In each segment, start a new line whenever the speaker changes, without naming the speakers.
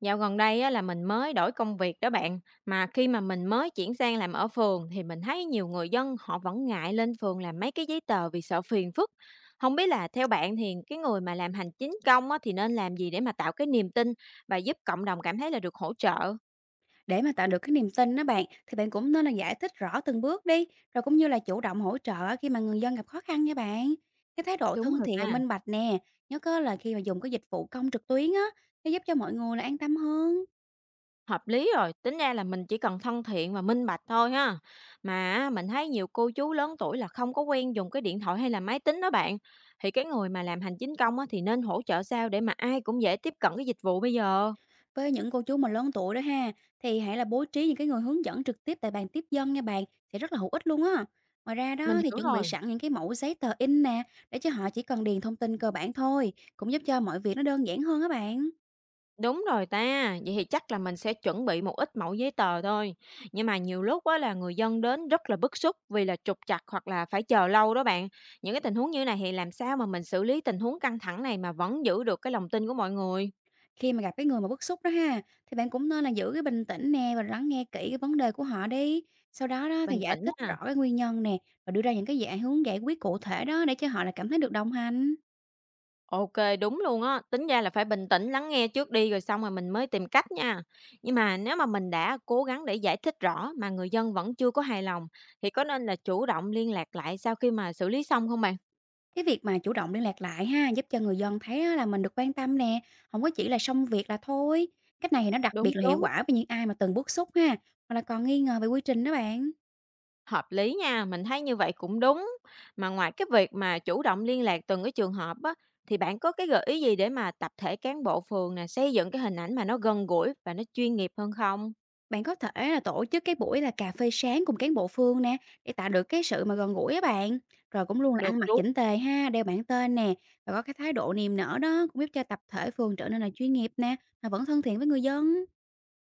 Dạo gần đây á, là mình mới đổi công việc đó bạn, mà khi mà mình mới chuyển sang làm ở phường thì mình thấy nhiều người dân họ vẫn ngại lên phường làm mấy cái giấy tờ vì sợ phiền phức. Không biết là theo bạn thì cái người mà làm hành chính công á, thì nên làm gì để mà tạo cái niềm tin và giúp cộng đồng cảm thấy là được hỗ trợ?
Để mà tạo được cái niềm tin đó bạn thì bạn cũng nên là giải thích rõ từng bước đi, rồi cũng như là chủ động hỗ trợ khi mà người dân gặp khó khăn nha bạn. Cái thái độ
Đúng
thân
rồi.
thiện và
À.
minh bạch nè, nhớ có là khi mà dùng cái dịch vụ công trực tuyến á sẽ giúp cho mọi người là an tâm hơn.
Hợp lý rồi, tính ra là mình chỉ cần thân thiện và minh bạch thôi ha. Mà á, mình thấy nhiều cô chú lớn tuổi là không có quen dùng cái điện thoại hay là máy tính đó bạn. Thì cái người mà làm hành chính công á, thì nên hỗ trợ sao để mà ai cũng dễ tiếp cận cái dịch vụ bây giờ?
Với những cô chú mà lớn tuổi đó ha, thì hãy là bố trí những cái người hướng dẫn trực tiếp tại bàn tiếp dân nha bạn, sẽ rất là hữu ích luôn á. Ngoài ra
Mình
đó thì
hiểu
chuẩn bị
rồi.
sẵn những cái mẫu giấy tờ in nè, để cho họ chỉ cần điền thông tin cơ bản thôi, cũng giúp cho mọi việc nó đơn giản hơn á bạn.
Đúng rồi ta, vậy thì chắc là mình sẽ chuẩn bị một ít mẫu giấy tờ thôi. Nhưng mà nhiều lúc á là người dân đến rất là bức xúc vì là trục trặc hoặc là phải chờ lâu đó bạn. Những cái tình huống như này thì làm sao mà mình xử lý tình huống căng thẳng này mà vẫn giữ được cái lòng tin của mọi người?
Khi mà gặp cái người mà bức xúc đó ha, thì bạn cũng nên là giữ cái bình tĩnh nè và lắng nghe kỹ cái vấn đề của họ đi. Sau đó đó thì
Bình
giải
tĩnh
thích rõ
ha.
cái nguyên nhân nè, và đưa ra những cái dạng hướng giải quyết cụ thể đó để cho họ là cảm thấy được đồng hành.
OK, đúng luôn á. Tính ra là phải bình tĩnh lắng nghe trước đi rồi xong rồi mình mới tìm cách nha. Nhưng mà nếu mà mình đã cố gắng để giải thích rõ mà người dân vẫn chưa có hài lòng thì có nên là chủ động liên lạc lại sau khi mà xử lý xong không bạn?
Cái việc mà chủ động liên lạc lại ha, giúp cho người dân thấy á là mình được quan tâm nè, không có chỉ là xong việc là thôi. Cách này thì nó đặc
Đúng
biệt là hiệu
đúng.
quả với những ai mà từng bức xúc ha, hoặc là còn nghi ngờ về quy trình đó bạn.
Hợp lý nha, mình thấy như vậy cũng đúng. Mà ngoài cái việc mà chủ động liên lạc từng cái trường hợp á thì bạn có cái gợi ý gì để mà tập thể cán bộ phường nè xây dựng cái hình ảnh mà nó gần gũi và nó chuyên nghiệp hơn không?
Bạn có thể là tổ chức cái buổi là cà phê sáng cùng cán bộ phường nè, để tạo được cái sự mà gần gũi á bạn. Rồi cũng luôn là
Được
ăn mặc
luôn.
chỉnh tề ha, đeo bảng tên nè, và có cái thái độ niềm nở đó cũng giúp cho tập thể phường trở nên là chuyên nghiệp nè, mà vẫn thân thiện với người dân.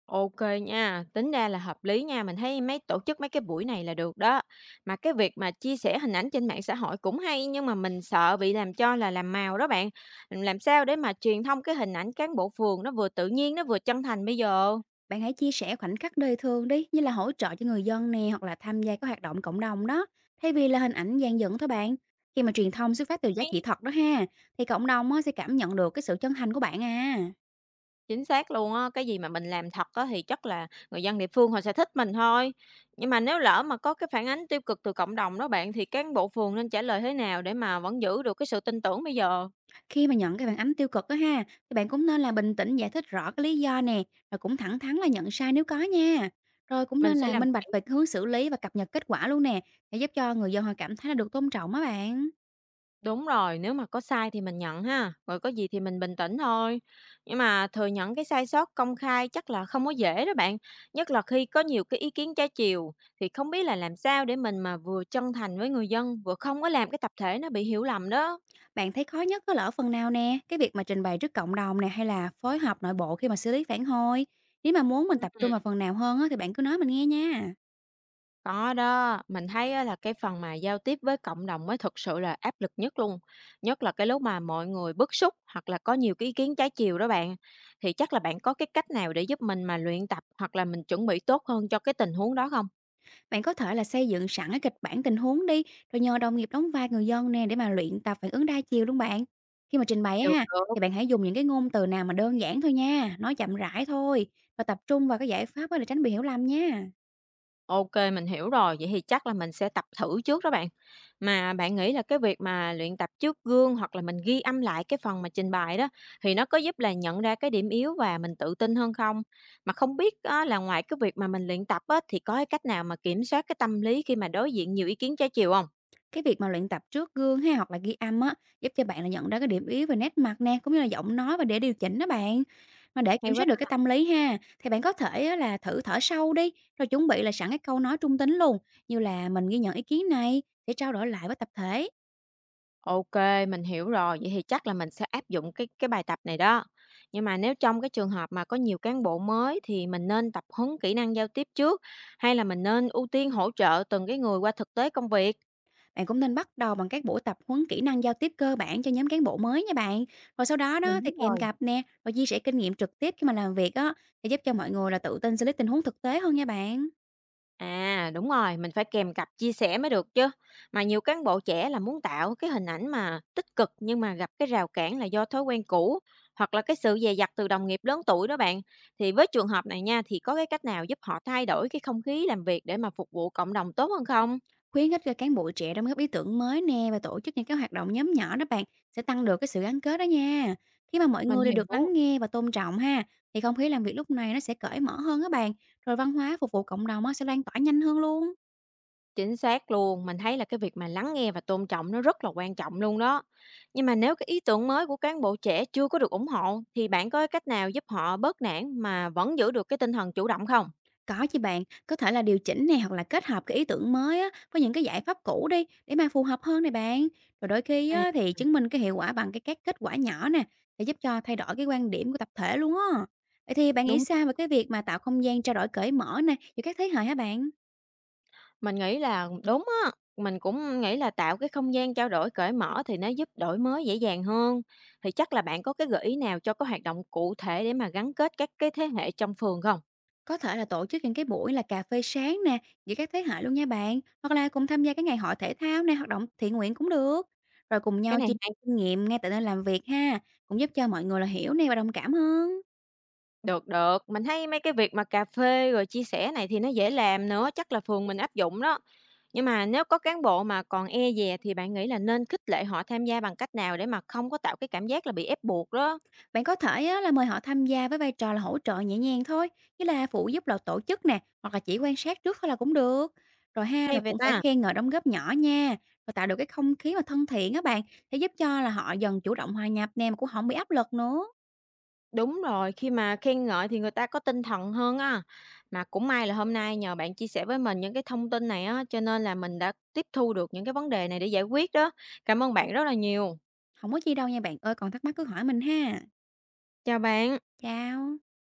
OK nha, tính ra là hợp lý nha, mình thấy mấy tổ chức mấy cái buổi này là được đó. Mà cái việc mà chia sẻ hình ảnh trên mạng xã hội cũng hay nhưng mà mình sợ bị làm cho là làm màu đó bạn. Làm sao để mà truyền thông cái hình ảnh cán bộ phường nó vừa tự nhiên nó vừa chân thành bây giờ?
Bạn hãy chia sẻ khoảnh khắc đời thường đi, như là hỗ trợ cho người dân nè, hoặc là tham gia các hoạt động cộng đồng đó, thay vì là hình ảnh dàn dựng thôi bạn. Khi mà truyền thông xuất phát từ giá trị
Hay.
thật đó ha, thì cộng đồng á, sẽ cảm nhận được cái sự chân thành của bạn à.
Chính xác luôn á, cái gì mà mình làm thật á thì chắc là người dân địa phương họ sẽ thích mình thôi. Nhưng mà nếu lỡ mà có cái phản ánh tiêu cực từ cộng đồng đó bạn thì cán bộ phường nên trả lời thế nào để mà vẫn giữ được cái sự tin tưởng bây giờ?
Khi mà nhận cái phản ánh tiêu cực đó ha, thì bạn cũng nên là bình tĩnh giải thích rõ cái lý do nè, rồi cũng thẳng thắn là nhận sai nếu có nha. Rồi cũng
Mình
nên
sẽ
là
làm.
minh bạch về cái hướng xử lý và cập nhật kết quả luôn nè, để giúp cho người dân họ cảm thấy là được tôn trọng á bạn.
Đúng rồi, nếu mà có sai thì mình nhận ha, rồi có gì thì mình bình tĩnh thôi. Nhưng mà thừa nhận cái sai sót công khai chắc là không có dễ đó bạn, nhất là khi có nhiều cái ý kiến trái chiều thì không biết là làm sao để mình mà vừa chân thành với người dân, vừa không có làm cái tập thể nó bị hiểu lầm đó.
Bạn thấy khó nhất có lỡ phần nào nè, cái việc mà trình bày trước cộng đồng nè hay là phối hợp nội bộ khi mà xử lý phản hồi. Nếu mà muốn mình tập trung vào phần nào hơn á, thì bạn cứ nói mình nghe nha.
Có đó, mình thấy á là cái phần mà giao tiếp với cộng đồng mới thực sự là áp lực nhất luôn, nhất là cái lúc mà mọi người bức xúc hoặc là có nhiều cái ý kiến trái chiều đó bạn. Thì chắc là bạn có cái cách nào để giúp mình mà luyện tập hoặc là mình chuẩn bị tốt hơn cho cái tình huống đó không?
Bạn có thể là xây dựng sẵn cái kịch bản tình huống đi, rồi nhờ đồng nghiệp đóng vai người dân nè để mà luyện tập phản ứng đa chiều luôn bạn. Khi mà trình bày á
Được,
ha, thì
được,
bạn hãy dùng những cái ngôn từ nào mà đơn giản thôi nha, nói chậm rãi thôi và tập trung vào cái giải pháp á để tránh bị hiểu lầm nha.
OK mình hiểu rồi, vậy thì chắc là mình sẽ tập thử trước đó bạn. Mà bạn nghĩ là cái việc mà luyện tập trước gương hoặc là mình ghi âm lại cái phần mà trình bày đó, thì nó có giúp là nhận ra cái điểm yếu và mình tự tin hơn không? Mà không biết á là ngoài cái việc mà mình luyện tập á, thì có cái cách nào mà kiểm soát cái tâm lý khi mà đối diện nhiều ý kiến trái chiều không?
Cái việc mà luyện tập trước gương ha hoặc là ghi âm á, giúp cho bạn là nhận ra cái điểm yếu về nét mặt nè cũng như là giọng nói và để điều chỉnh đó bạn. Mà để
Hay
kiểm soát
quá
được cái
ta!
tâm lý ha thì bạn có thể á là thử thở sâu đi, rồi chuẩn bị là sẵn cái câu nói trung tính luôn, như là mình ghi nhận ý kiến này để trao đổi lại với tập thể.
OK, mình hiểu rồi, vậy thì chắc là mình sẽ áp dụng cái bài tập này đó. Nhưng mà nếu trong cái trường hợp mà có nhiều cán bộ mới thì mình nên tập huấn kỹ năng giao tiếp trước hay là mình nên ưu tiên hỗ trợ từng cái người qua thực tế công việc?
Bạn cũng nên bắt đầu bằng các buổi tập huấn kỹ năng giao tiếp cơ bản cho nhóm cán bộ mới nha bạn. Rồi sau đó đó
Mình
thì
biết
kèm
rồi.
cặp nè, rồi chia sẻ kinh nghiệm trực tiếp khi mà làm việc á, để giúp cho mọi người là tự tin xử lý tình huống thực tế hơn nha bạn.
À, đúng rồi, mình phải kèm cặp chia sẻ mới được chứ. Mà nhiều cán bộ trẻ là muốn tạo cái hình ảnh mà tích cực nhưng mà gặp cái rào cản là do thói quen cũ hoặc là cái sự dè dặt từ đồng nghiệp lớn tuổi đó bạn. Thì với trường hợp này nha, thì có cái cách nào giúp họ thay đổi cái không khí làm việc để mà phục vụ cộng đồng tốt hơn không?
Khuyến khích cho cán bộ trẻ đóng góp ý tưởng mới nè và tổ chức những cái hoạt động nhóm nhỏ đó bạn, sẽ tăng được cái sự gắn kết đó nha. Khi mà mọi
Mình
người đều được lắng
hiểu.
nghe và tôn trọng ha, thì không khí làm việc lúc này nó sẽ cởi mở hơn á bạn. Rồi văn hóa phục vụ cộng đồng á sẽ lan tỏa nhanh hơn luôn.
Chính xác luôn, mình thấy là cái việc mà lắng nghe và tôn trọng nó rất là quan trọng luôn đó. Nhưng mà nếu cái ý tưởng mới của cán bộ trẻ chưa có được ủng hộ thì bạn có cái cách nào giúp họ bớt nản mà vẫn giữ được cái tinh thần chủ động không?
Có chứ bạn, có thể là điều chỉnh này hoặc là kết hợp cái ý tưởng mới á, với những cái giải pháp cũ đi để mà phù hợp hơn này bạn. Rồi đôi khi á, thì chứng minh cái hiệu quả bằng cái các kết quả nhỏ nè, để giúp cho thay đổi cái quan điểm của tập thể luôn á. Vậy thì bạn nghĩ
Đúng,
sao về cái việc mà tạo không gian trao đổi cởi mở nè giữa các thế hệ hả bạn?
mình nghĩ là đúng á, mình cũng nghĩ là tạo cái không gian trao đổi cởi mở thì nó giúp đổi mới dễ dàng hơn. Thì chắc là bạn có cái gợi ý nào cho cái hoạt động cụ thể để mà gắn kết các cái thế hệ trong phường không?
Có thể là tổ chức những cái buổi là cà phê sáng nè giữa các thế hệ luôn nha bạn. Hoặc là cùng tham gia cái ngày hội thể thao nè, hoạt động thiện nguyện cũng được. Rồi cùng
Cái
nhau
này
chia
hay.
sẻ kinh nghiệm ngay tại nơi làm việc ha, cũng giúp cho mọi người là hiểu nè và đồng cảm hơn.
Được, được, mình thấy mấy cái việc mà cà phê rồi chia sẻ này thì nó dễ làm nữa, chắc là phường mình áp dụng đó. Nhưng mà nếu có cán bộ mà còn e dè thì bạn nghĩ là nên khích lệ họ tham gia bằng cách nào để mà không có tạo cái cảm giác là bị ép buộc đó,
Bạn có thể á, là mời họ tham gia với vai trò là hỗ trợ nhẹ nhàng thôi, như là phụ giúp là tổ chức nè, hoặc là chỉ quan sát trước thôi là cũng được. Rồi ha là
hay vậy
cũng phải
ta?
khen ngợi đóng góp nhỏ nha, và tạo được cái không khí mà thân thiện á bạn, để giúp cho là họ dần chủ động hòa nhập nè mà cũng không bị áp lực nữa.
Đúng rồi, khi mà khen ngợi thì người ta có tinh thần hơn á. Mà cũng may là hôm nay nhờ bạn chia sẻ với mình những cái thông tin này á, cho nên là mình đã tiếp thu được những cái vấn đề này để giải quyết đó. Cảm ơn bạn rất là nhiều.
Không có chi đâu nha bạn ơi, còn thắc mắc cứ hỏi mình ha.
Chào bạn.
Chào.